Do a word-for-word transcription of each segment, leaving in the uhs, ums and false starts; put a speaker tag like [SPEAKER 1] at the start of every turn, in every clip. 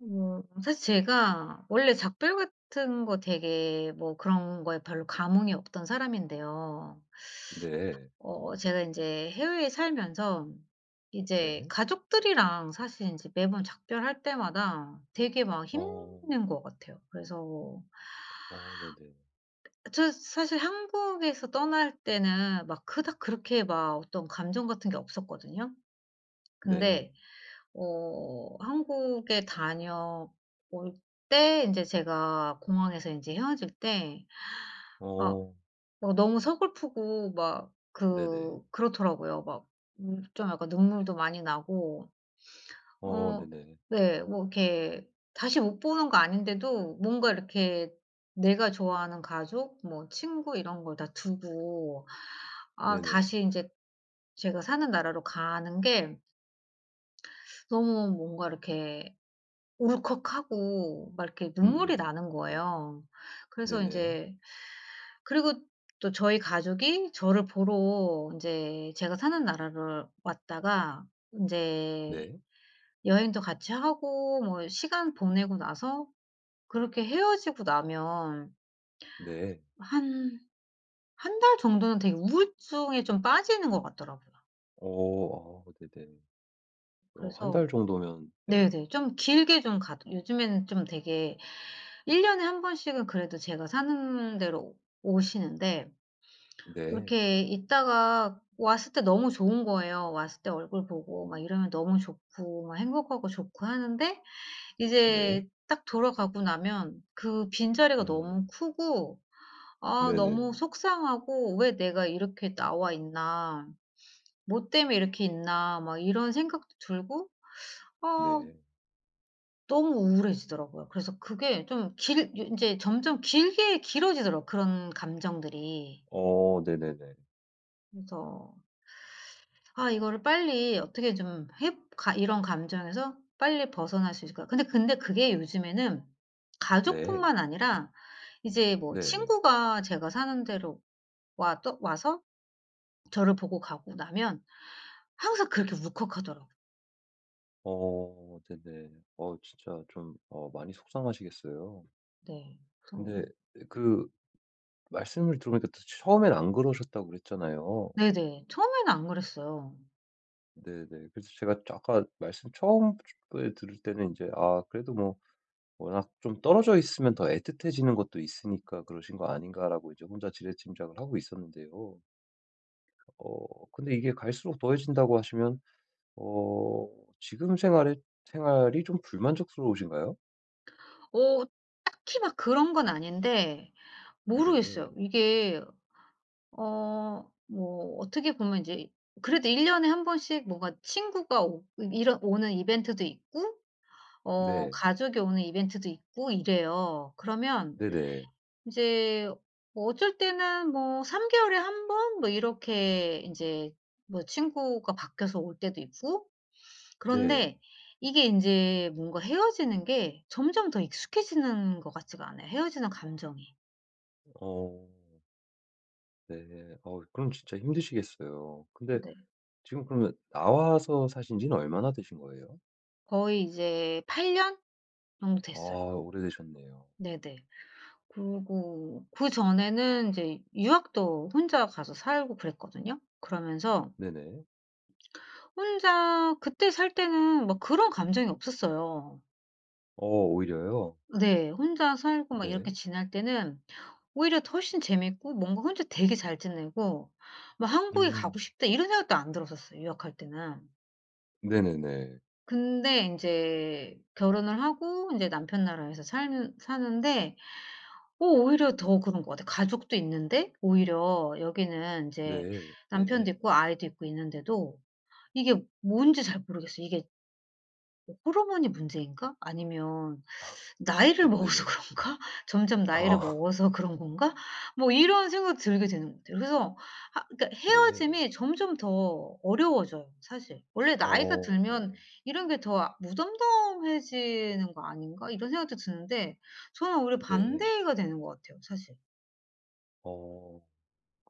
[SPEAKER 1] 어 사실 제가 원래 작별 같은 거 되게 뭐 그런 거에 별로 감흥이 없던 사람인데요.
[SPEAKER 2] 네.
[SPEAKER 1] 어 제가 이제 해외에 살면서 이제
[SPEAKER 2] 네.
[SPEAKER 1] 가족들이랑 사실 이제 매번 작별할 때마다 되게 막
[SPEAKER 2] 어.
[SPEAKER 1] 힘든 것 같아요. 그래서
[SPEAKER 2] 어 네네.
[SPEAKER 1] 저 사실 한국에서 떠날 때는 막 그닥 그렇게 막 어떤 감정 같은 게 없었거든요.
[SPEAKER 2] 네.
[SPEAKER 1] 근데 어 한국에 다녀올 때 이제 제가 공항에서 이제 헤어질 때 아
[SPEAKER 2] 어.
[SPEAKER 1] 어 너무 서글프고 막
[SPEAKER 2] 네네.
[SPEAKER 1] 그 그렇더라고요. 막 음 좀 약간 눈물도 많이 나고
[SPEAKER 2] 어
[SPEAKER 1] 어
[SPEAKER 2] 네네.
[SPEAKER 1] 네, 뭐 이렇게 다시 못 보는 거 아닌데도 뭔가 이렇게 내가 좋아하는 가족, 뭐 친구 이런 걸 다 두고 아
[SPEAKER 2] 네네.
[SPEAKER 1] 다시 이제 제가 사는 나라로 가는 게 너무 뭔가 이렇게 울컥하고 막 이렇게
[SPEAKER 2] 음
[SPEAKER 1] 눈물이
[SPEAKER 2] 음
[SPEAKER 1] 나는
[SPEAKER 2] 네.
[SPEAKER 1] 거예요. 그래서
[SPEAKER 2] 네네.
[SPEAKER 1] 인제, 그리고 또 저희 가족이 저를 보러 인제 제가 사는 나라를 왔다가 인제
[SPEAKER 2] 네.
[SPEAKER 1] 여행도 같이 하고 뭐 시간 보내고 나서 그렇게 헤어지고 나면
[SPEAKER 2] 네.
[SPEAKER 1] 한 한 달 정도는 되게 우울증에 좀 빠지는 것 같더라고요.
[SPEAKER 2] 어. 아 네네. 어 한
[SPEAKER 1] 그래서
[SPEAKER 2] 달 정도면 네.
[SPEAKER 1] 네네. 좀 길게 좀 가도 요즘에는 좀 되게 일 년 년에 한 번씩은 그래도 제가 사는 데로 오시는데,
[SPEAKER 2] 네.
[SPEAKER 1] 이렇게 있다가 왔을 때 너무 좋은 거예요. 왔을 때 얼굴 보고 막 이러면 너무 좋고 막 행복하고 좋고 하는데,
[SPEAKER 2] 네.
[SPEAKER 1] 이제 딱 돌아가고 나면 그 빈자리가 너무
[SPEAKER 2] 음.
[SPEAKER 1] 크고, 아 너무
[SPEAKER 2] 네네네.
[SPEAKER 1] 속상하고, '왜 내가 이렇게 나와 있나. 뭐 때문에 이렇게 있나.' 막 이런 생각도 들고 아
[SPEAKER 2] 네.
[SPEAKER 1] 너무 우울해지더라고요. 그래서 그게 좀 길 이제 점점 길게 길어지더라고요, 그런 감정들이.
[SPEAKER 2] 어 네네네.
[SPEAKER 1] 그래서 아 이거를 빨리 어떻게 좀 해 가 이런 감정에서 빨리 벗어날 수 있을까? 근데 근데 그게 요즘에는
[SPEAKER 2] 네.
[SPEAKER 1] 가족뿐만 아니라 이제 뭐
[SPEAKER 2] 네.
[SPEAKER 1] 친구가 제가 사는 데로 와, 또 와서 저를 보고 가고 나면 항상 그렇게 울컥하더라고요.
[SPEAKER 2] 어 네네. 어 진짜 좀 어 많이 속상하시겠어요.
[SPEAKER 1] 네.
[SPEAKER 2] 근데
[SPEAKER 1] 그래서
[SPEAKER 2] 그 말씀을 들어보니까 또 처음엔 안 그러셨다고 그랬잖아요.
[SPEAKER 1] 네네. 처음에는 안 그랬어요.
[SPEAKER 2] 네네. 그래서 제가 저 아까 말씀 처음에 들을 때는 이제 '아 그래도 뭐 워낙 좀 떨어져 있으면 더 애틋해지는 것도 있으니까 그러신 거 아닌가.'라고 이제 혼자 지레짐작을 하고 있었는데요. 어 근데 이게 갈수록 더해진다고 하시면 어 지금 생활에 생활이 좀 불만족스러우신가요?
[SPEAKER 1] 어 딱히 막 그런 건 아닌데
[SPEAKER 2] 네.
[SPEAKER 1] 모르겠어요. 이게 어 뭐 어떻게 보면 이제 그래도 일 년 년에 한 번씩 뭔가 친구가 오 이런 오는 이벤트도 있고, 어
[SPEAKER 2] 네.
[SPEAKER 1] 가족이 오는 이벤트도 있고 이래요. 그러면
[SPEAKER 2] 네네.
[SPEAKER 1] 이제 뭐 어쩔 때는 뭐 삼 개월 개월에 한 번 뭐 이렇게 이제 뭐 친구가 바뀌어서 올 때도 있고.
[SPEAKER 2] 네.
[SPEAKER 1] 그런데 이게 이제 뭔가 헤어지는 게 점점 더 익숙해지는 것 같지가 않아요, 헤어지는 감정이.
[SPEAKER 2] 어. 네. 어 그럼 진짜 힘드시겠어요. 근데
[SPEAKER 1] 네.
[SPEAKER 2] 지금 그러면 나와서 사신 지는 얼마나 되신 거예요?
[SPEAKER 1] 거의 이제 팔 년 정도
[SPEAKER 2] 아
[SPEAKER 1] 됐어요.
[SPEAKER 2] 오래되셨네요.
[SPEAKER 1] 네네. 그리고 그전에는 이제 유학도 혼자 가서 살고 그랬거든요. 그러면서
[SPEAKER 2] 네네.
[SPEAKER 1] 혼자 그때 살 때는 막 그런 감정이 없었어요.
[SPEAKER 2] 어 오히려요?
[SPEAKER 1] 네. 혼자 살고 막
[SPEAKER 2] 네.
[SPEAKER 1] 이렇게 지낼 때는 오히려 더 훨씬 재밌고, 뭔가 혼자 되게 잘 지내고, 막 '한국에 가고
[SPEAKER 2] 음.
[SPEAKER 1] 싶다.' 이런 생각도 안 들었었어요, 유학할 때는.
[SPEAKER 2] 네네네.
[SPEAKER 1] 근데 인제 결혼을 하고 인제 남편 나라에서 살 사는데 어 오히려 더 그런 것 같아요. 가족도 있는데, 오히려 여기는 인제
[SPEAKER 2] 네.
[SPEAKER 1] 남편도
[SPEAKER 2] 네.
[SPEAKER 1] 있고 아이도 있고 있는데도 이게 뭔지 잘 모르겠어요. 이게 뭐 호르몬이 문제인가? 아니면 나이를
[SPEAKER 2] 아
[SPEAKER 1] 먹어서
[SPEAKER 2] 네네.
[SPEAKER 1] 그런가? 점점 나이를
[SPEAKER 2] 아
[SPEAKER 1] 먹어서 그런 건가? 뭐 이런 생각이 들게 되는 것 같아요. 그래서 아 그러니까
[SPEAKER 2] 네.
[SPEAKER 1] 헤어짐이 점점 더 어려워져요 사실. '원래
[SPEAKER 2] 어
[SPEAKER 1] 나이가 들면
[SPEAKER 2] 어
[SPEAKER 1] 이런 게 더 아 무덤덤해지는 거 아닌가?' 이런 생각도 드는데, 저는 오히려
[SPEAKER 2] 네.
[SPEAKER 1] 반대가 되는 것 같아요 사실.
[SPEAKER 2] 어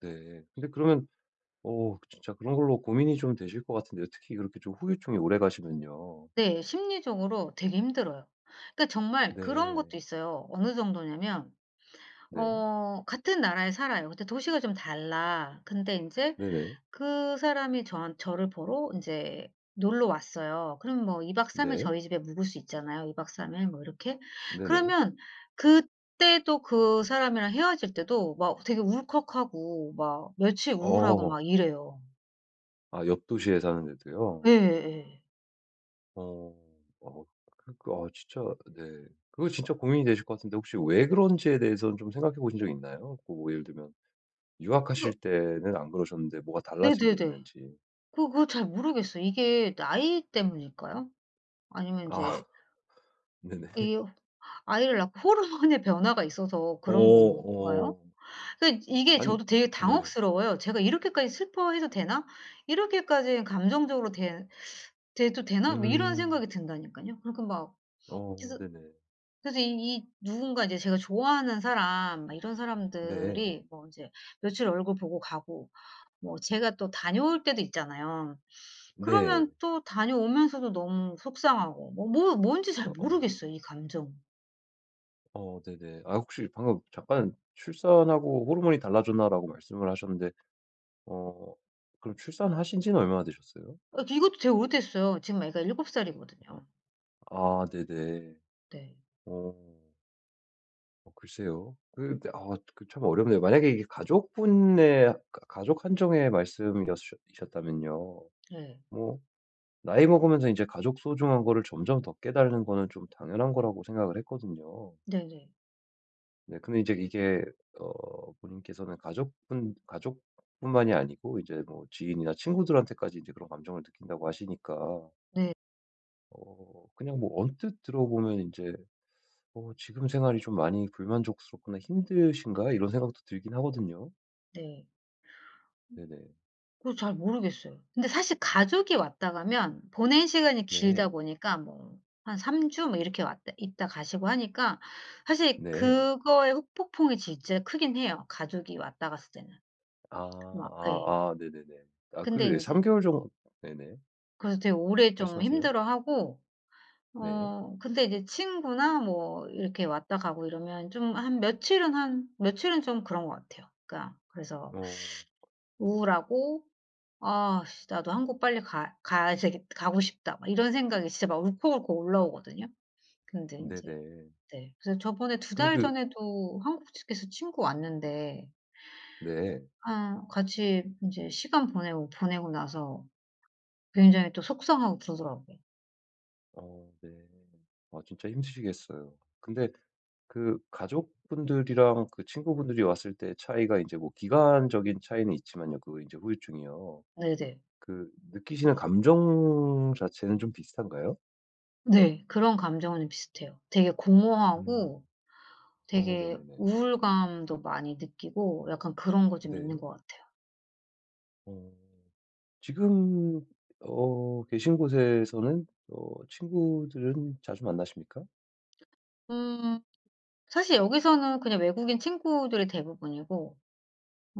[SPEAKER 2] 네. 근데 그러면 어 진짜 그런 걸로 고민이 좀 되실 것 같은데요. 특히 그렇게 좀 후유증이 오래 가시면요.
[SPEAKER 1] 네. 심리적으로 되게 힘들어요. 그러니까 정말 그런
[SPEAKER 2] 네.
[SPEAKER 1] 것도 있어요. 어느 정도냐면
[SPEAKER 2] 네.
[SPEAKER 1] 어 같은 나라에 살아요. 근데 도시가 좀 달라. 근데 이제
[SPEAKER 2] 네네.
[SPEAKER 1] 그 사람이 저한 저를 보러 이제 놀러 왔어요. 그럼 뭐 이 박 삼 일
[SPEAKER 2] 네.
[SPEAKER 1] 저희 집에 묵을 수 있잖아요. 이 박 삼 일 뭐 이렇게.
[SPEAKER 2] 네네.
[SPEAKER 1] 그러면 그때도 그 사람이랑 헤어질 때도 막 되게 울컥하고 막 며칠 우울하고
[SPEAKER 2] 어.
[SPEAKER 1] 막 이래요.
[SPEAKER 2] 아 옆 도시에 사는데도요?
[SPEAKER 1] 예예.
[SPEAKER 2] 어. 어 그러 진짜 네. 그거 진짜 고민이 되실 것 같은데 혹시 왜 그런지에 대해서는 좀 생각해 보신 적 있나요? 그뭐 예를 들면
[SPEAKER 1] 그
[SPEAKER 2] 유학하실 때는 안 그러셨는데 뭐가 달라진 게
[SPEAKER 1] 네네네.
[SPEAKER 2] 있는지.
[SPEAKER 1] 그 그거 잘 모르겠어요. 이게 나이 때문일까요? 아니면
[SPEAKER 2] 아
[SPEAKER 1] 인제
[SPEAKER 2] 네네.
[SPEAKER 1] 이 아이를 낳고 호르몬의 변화가 있어서
[SPEAKER 2] 어
[SPEAKER 1] 그런 건가요?
[SPEAKER 2] 어.
[SPEAKER 1] 그러니까 이게
[SPEAKER 2] 아니
[SPEAKER 1] 저도 되게
[SPEAKER 2] 네.
[SPEAKER 1] 당혹스러워요. '제가 이렇게까지 슬퍼해도 되나? 이렇게까지 감정적으로 대 돼도 되나?' 뭐 이런
[SPEAKER 2] 음.
[SPEAKER 1] 생각이 든다니깐요. 그러니까 막,
[SPEAKER 2] 어
[SPEAKER 1] 그래서,
[SPEAKER 2] 네네.
[SPEAKER 1] 그래서 이 이 누군가 이제 제가 좋아하는 사람 막 이런
[SPEAKER 2] 네.
[SPEAKER 1] 사람들이 뭐 인제 며칠 얼굴 보고 가고, 뭐 제가 또 다녀올 때도 있잖아요.
[SPEAKER 2] 네.
[SPEAKER 1] 그러면 또 다녀오면서도 너무 속상하고 뭐 뭐 뭔지 잘
[SPEAKER 2] 어 어.
[SPEAKER 1] 모르겠어요 이 감정.
[SPEAKER 2] 어 네네. 아 혹시 방금 잠깐 "출산하고 호르몬이 달라졌나?"라고 말씀을 하셨는데 어 그럼 출산하신 지는 얼마나 되셨어요?
[SPEAKER 1] 아 이것도 되게 오래됐어요. 지금 애가 일곱
[SPEAKER 2] 어,
[SPEAKER 1] 살이거든요.
[SPEAKER 2] 아 네네.
[SPEAKER 1] 네.
[SPEAKER 2] 어. 어 글쎄요. 그 아 그 참 어렵네요. 만약에 이게 가족분의 가 가족 한정의 말씀이셨다면요,
[SPEAKER 1] 네.
[SPEAKER 2] 뭐 나이 먹으면서 이제 가족 소중한 거를 점점 더 깨달는 거는 좀 당연한 거라고 생각을 했거든요.
[SPEAKER 1] 네네.
[SPEAKER 2] 네 근데 이제 이게 어 본인께서는 가족분 가족뿐만이 아니고 이제 뭐 지인이나 친구들한테까지 이제 그런 감정을 느낀다고 하시니까
[SPEAKER 1] 네. 네.
[SPEAKER 2] 어 그냥 뭐 언뜻 들어보면 이제 어 '지금 생활이 좀 많이 불만족스럽거나 힘드신가?' 이런 생각도 들긴 하거든요.
[SPEAKER 1] 네.
[SPEAKER 2] 네네.
[SPEAKER 1] 그거 잘 모르겠어요. 근데 사실 가족이 왔다 가면 보낸 시간이 길다
[SPEAKER 2] 네.
[SPEAKER 1] 보니까 뭐 한 3 주 뭐 이렇게 왔다 있다 가시고 하니까 사실
[SPEAKER 2] 네.
[SPEAKER 1] 그거의 후폭풍이 진짜 크긴 해요, 가족이 왔다 갔을 때는.
[SPEAKER 2] 아
[SPEAKER 1] 막 예.
[SPEAKER 2] 아아 네네네. 아
[SPEAKER 1] 근데
[SPEAKER 2] 그 삼
[SPEAKER 1] 인제
[SPEAKER 2] 개월 정도. 네네.
[SPEAKER 1] 그래서 되게 오래 좀
[SPEAKER 2] 말씀하세요.
[SPEAKER 1] 힘들어하고
[SPEAKER 2] 네.
[SPEAKER 1] 어 근데 이제 친구나 뭐 이렇게 왔다 가고 이러면 좀 한 며칠은 한 며칠은 좀 그런 것 같아요. 그러니까 그래서
[SPEAKER 2] 어
[SPEAKER 1] 우울하고, '아 씨 나도 한국 빨리 가 가야 되겠 가고 싶다.' 막 이런 생각이 진짜 막 울컥울컥 올라오거든요. 근데 이제
[SPEAKER 2] 네네.
[SPEAKER 1] 네. 그래서 저번에 두
[SPEAKER 2] 근데
[SPEAKER 1] 달
[SPEAKER 2] 그
[SPEAKER 1] 전에도 한국 측에서 친구 왔는데 어
[SPEAKER 2] 네.
[SPEAKER 1] 아 같이 이제 시간 보내고 보내고 나서 굉장히 또 속상하고 그러더라고요.
[SPEAKER 2] 어 네. 아 진짜 힘드시겠어요. 근데 그 가족분들이랑 그 친구분들이 왔을 때 차이가 이제 뭐 기간적인 차이는 있지만요. 그 이제 후유증이요.
[SPEAKER 1] 네네. 네.
[SPEAKER 2] 그 느끼시는 감정 자체는 좀 비슷한가요?
[SPEAKER 1] 네, 그런 감정은 비슷해요. 되게
[SPEAKER 2] 음.
[SPEAKER 1] 공허하고
[SPEAKER 2] 어
[SPEAKER 1] 되게
[SPEAKER 2] 네네네.
[SPEAKER 1] 우울감도 많이 느끼고 약간 그런 거 좀 있는
[SPEAKER 2] 네.
[SPEAKER 1] 것 같아요.
[SPEAKER 2] 어 지금 어 계신 곳에서는 어 친구들은 자주 만나십니까?
[SPEAKER 1] 음, 사실 여기서는 그냥 외국인 친구들이 대부분이고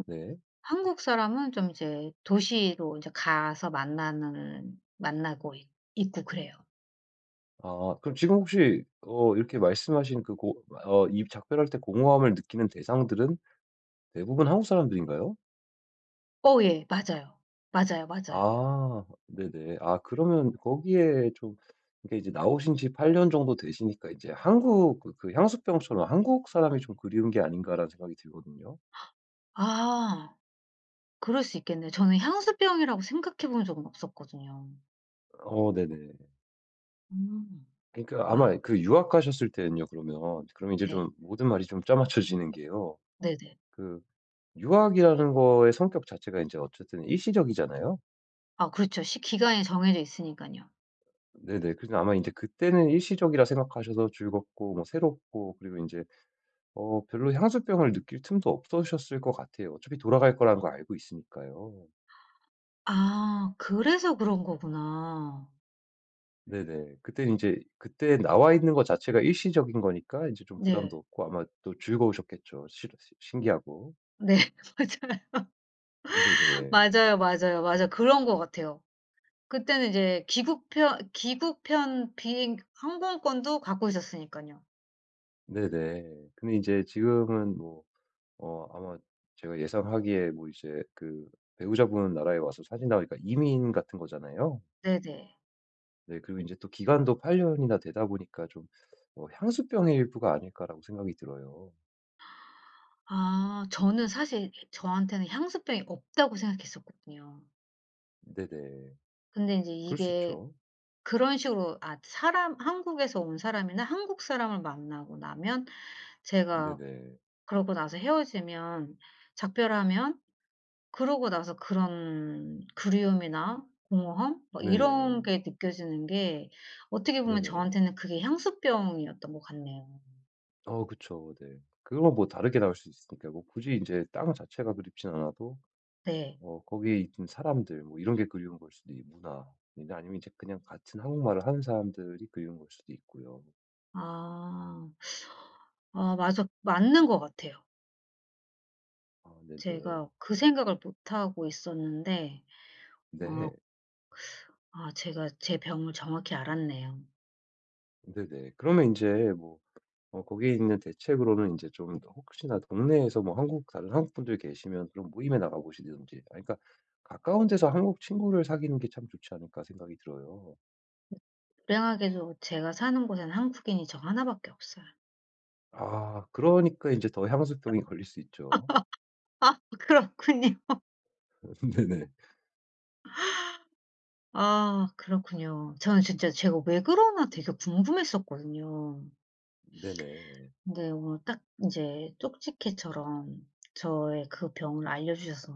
[SPEAKER 2] 네.
[SPEAKER 1] 한국 사람은 좀 이제 도시로 이제 가서 만나는 만나고 있 있고 그래요.
[SPEAKER 2] 아 그럼 지금 혹시 어 이렇게 말씀하신 그 고 어 이 작별할 때 공허함을 느끼는 대상들은 대부분 한국 사람들인가요?
[SPEAKER 1] 어 예. 맞아요. 맞아요, 맞아요.
[SPEAKER 2] 아 네네. 아 그러면 거기에 좀, 이게 이제 나오신 지 팔 년 정도 되시니까 이제 한국 그 그 향수병처럼 '한국 사람이 좀 그리운 게 아닌가.'라는 생각이 들거든요.
[SPEAKER 1] 아 그럴 수 있겠네요. 저는 향수병이라고 생각해 본 적은 없었거든요.
[SPEAKER 2] 어 네네.
[SPEAKER 1] 음.
[SPEAKER 2] 그러니까
[SPEAKER 1] 아
[SPEAKER 2] 아마 그 유학 가셨을 때는요 그러면 그러면 이제
[SPEAKER 1] 네.
[SPEAKER 2] 좀 모든 말이 좀 짜맞춰지는 게요.
[SPEAKER 1] 네네.
[SPEAKER 2] 그 유학이라는 거의 성격 자체가 이제 어쨌든 일시적이잖아요.
[SPEAKER 1] 아 그렇죠. 시 기간이 정해져 있으니깐요.
[SPEAKER 2] 네네. 그래서 아마 이제 그때는 일시적이라 생각하셔서 즐겁고 뭐 새롭고 그리고 이제 어 별로 향수병을 느낄 틈도 없으셨을 것 같아요. 어차피 돌아갈 거라는 걸 알고 있으니까요.
[SPEAKER 1] 아 그래서 그런 거구나.
[SPEAKER 2] 네네. 그때는 제 그때 나와 있는 거 자체가 일시적인 거니까 이제 좀 부담도
[SPEAKER 1] 네.
[SPEAKER 2] 없고 아마 또 즐거우셨겠죠. 실 신기하고.
[SPEAKER 1] 네.
[SPEAKER 2] 네네.
[SPEAKER 1] 맞아요. 맞아요. 맞아요. 맞아. 그런 것 같아요. 그때는 이제 기국편 기국편 비행 항공권도 갖고 있었으니까요.
[SPEAKER 2] 네네. 근데 이제 지금은 뭐 어 아마 제가 예상하기에 뭐 이제 그 배우자분 나라에 와서 사신 나오니까 이민 같은 거잖아요.
[SPEAKER 1] 네네.
[SPEAKER 2] 네 그리고 이제 또 기간도 팔 년이나 되다 보니까 좀 어 '향수병의 일부가 아닐까.'라고 생각이 들어요.
[SPEAKER 1] 아 저는 사실 저한테는 향수병이 없다고 생각했었거든요.
[SPEAKER 2] 네네.
[SPEAKER 1] 근데 이제
[SPEAKER 2] 그럴 수
[SPEAKER 1] 이게
[SPEAKER 2] 있죠.
[SPEAKER 1] 그런 식으로 아 사람 한국에서 온 사람이나 한국 사람을 만나고 나면 제가
[SPEAKER 2] 네네.
[SPEAKER 1] 그러고 나서 헤어지면, 작별하면, 그러고 나서 그런 그리움이나 공허함 뭐 이런
[SPEAKER 2] 네네.
[SPEAKER 1] 게 느껴지는 게 어떻게 보면
[SPEAKER 2] 네네.
[SPEAKER 1] 저한테는 그게 향수병이었던 것 같네요.
[SPEAKER 2] 어 그쵸. 네. 그건 뭐 다르게 나올 수 있으니까 뭐 굳이 이제 땅 자체가 그립진 않아도
[SPEAKER 1] 네.
[SPEAKER 2] 어 거기에 있던 사람들 뭐 이런 게 그리운 걸 수도 있고 문화 근데 아니면 이제 그냥 같은 한국말을 하는 사람들이 그리운 걸 수도 있고요.
[SPEAKER 1] 아. 아 맞아. 맞는 것 같아요.
[SPEAKER 2] 아 네네.
[SPEAKER 1] 제가 그 생각을 못하고 있었는데 어
[SPEAKER 2] 네.
[SPEAKER 1] 아 제가 제 병을 정확히 알았네요.
[SPEAKER 2] 네네. 그러면 이제 뭐 어 거기에 있는 대책으로는 이제 좀 혹시나 동네에서 뭐 한국 다른 한국 분들 계시면 그런 모임에 나가 보시든지 아 그러니까 '가까운 데서 한국 친구를 사귀는 게 참 좋지 않을까.' 생각이 들어요.
[SPEAKER 1] 불행하게도 제가 사는 곳에는 한국인이 저나 밖에 없어요.
[SPEAKER 2] 아 그러니까 이제 더 향수병이 걸릴 수 있죠.
[SPEAKER 1] 아 그렇군요.
[SPEAKER 2] 네네.
[SPEAKER 1] 아 그렇군요. 저는 진짜 제가 왜 그러나 되게 궁금했었거든요.
[SPEAKER 2] 네네.
[SPEAKER 1] 네. 오늘 딱 이제 쪽지게처럼 저의 그 병을 알려주셔서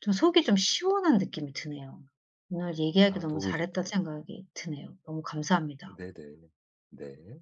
[SPEAKER 1] 좀 속이 좀 시원한 느낌이 드네요. 오늘 얘기하기
[SPEAKER 2] 아
[SPEAKER 1] 너무
[SPEAKER 2] 도움이
[SPEAKER 1] 잘했다는
[SPEAKER 2] 됐다니
[SPEAKER 1] 생각이 드네요. 너무 감사합니다.
[SPEAKER 2] 네네. 네.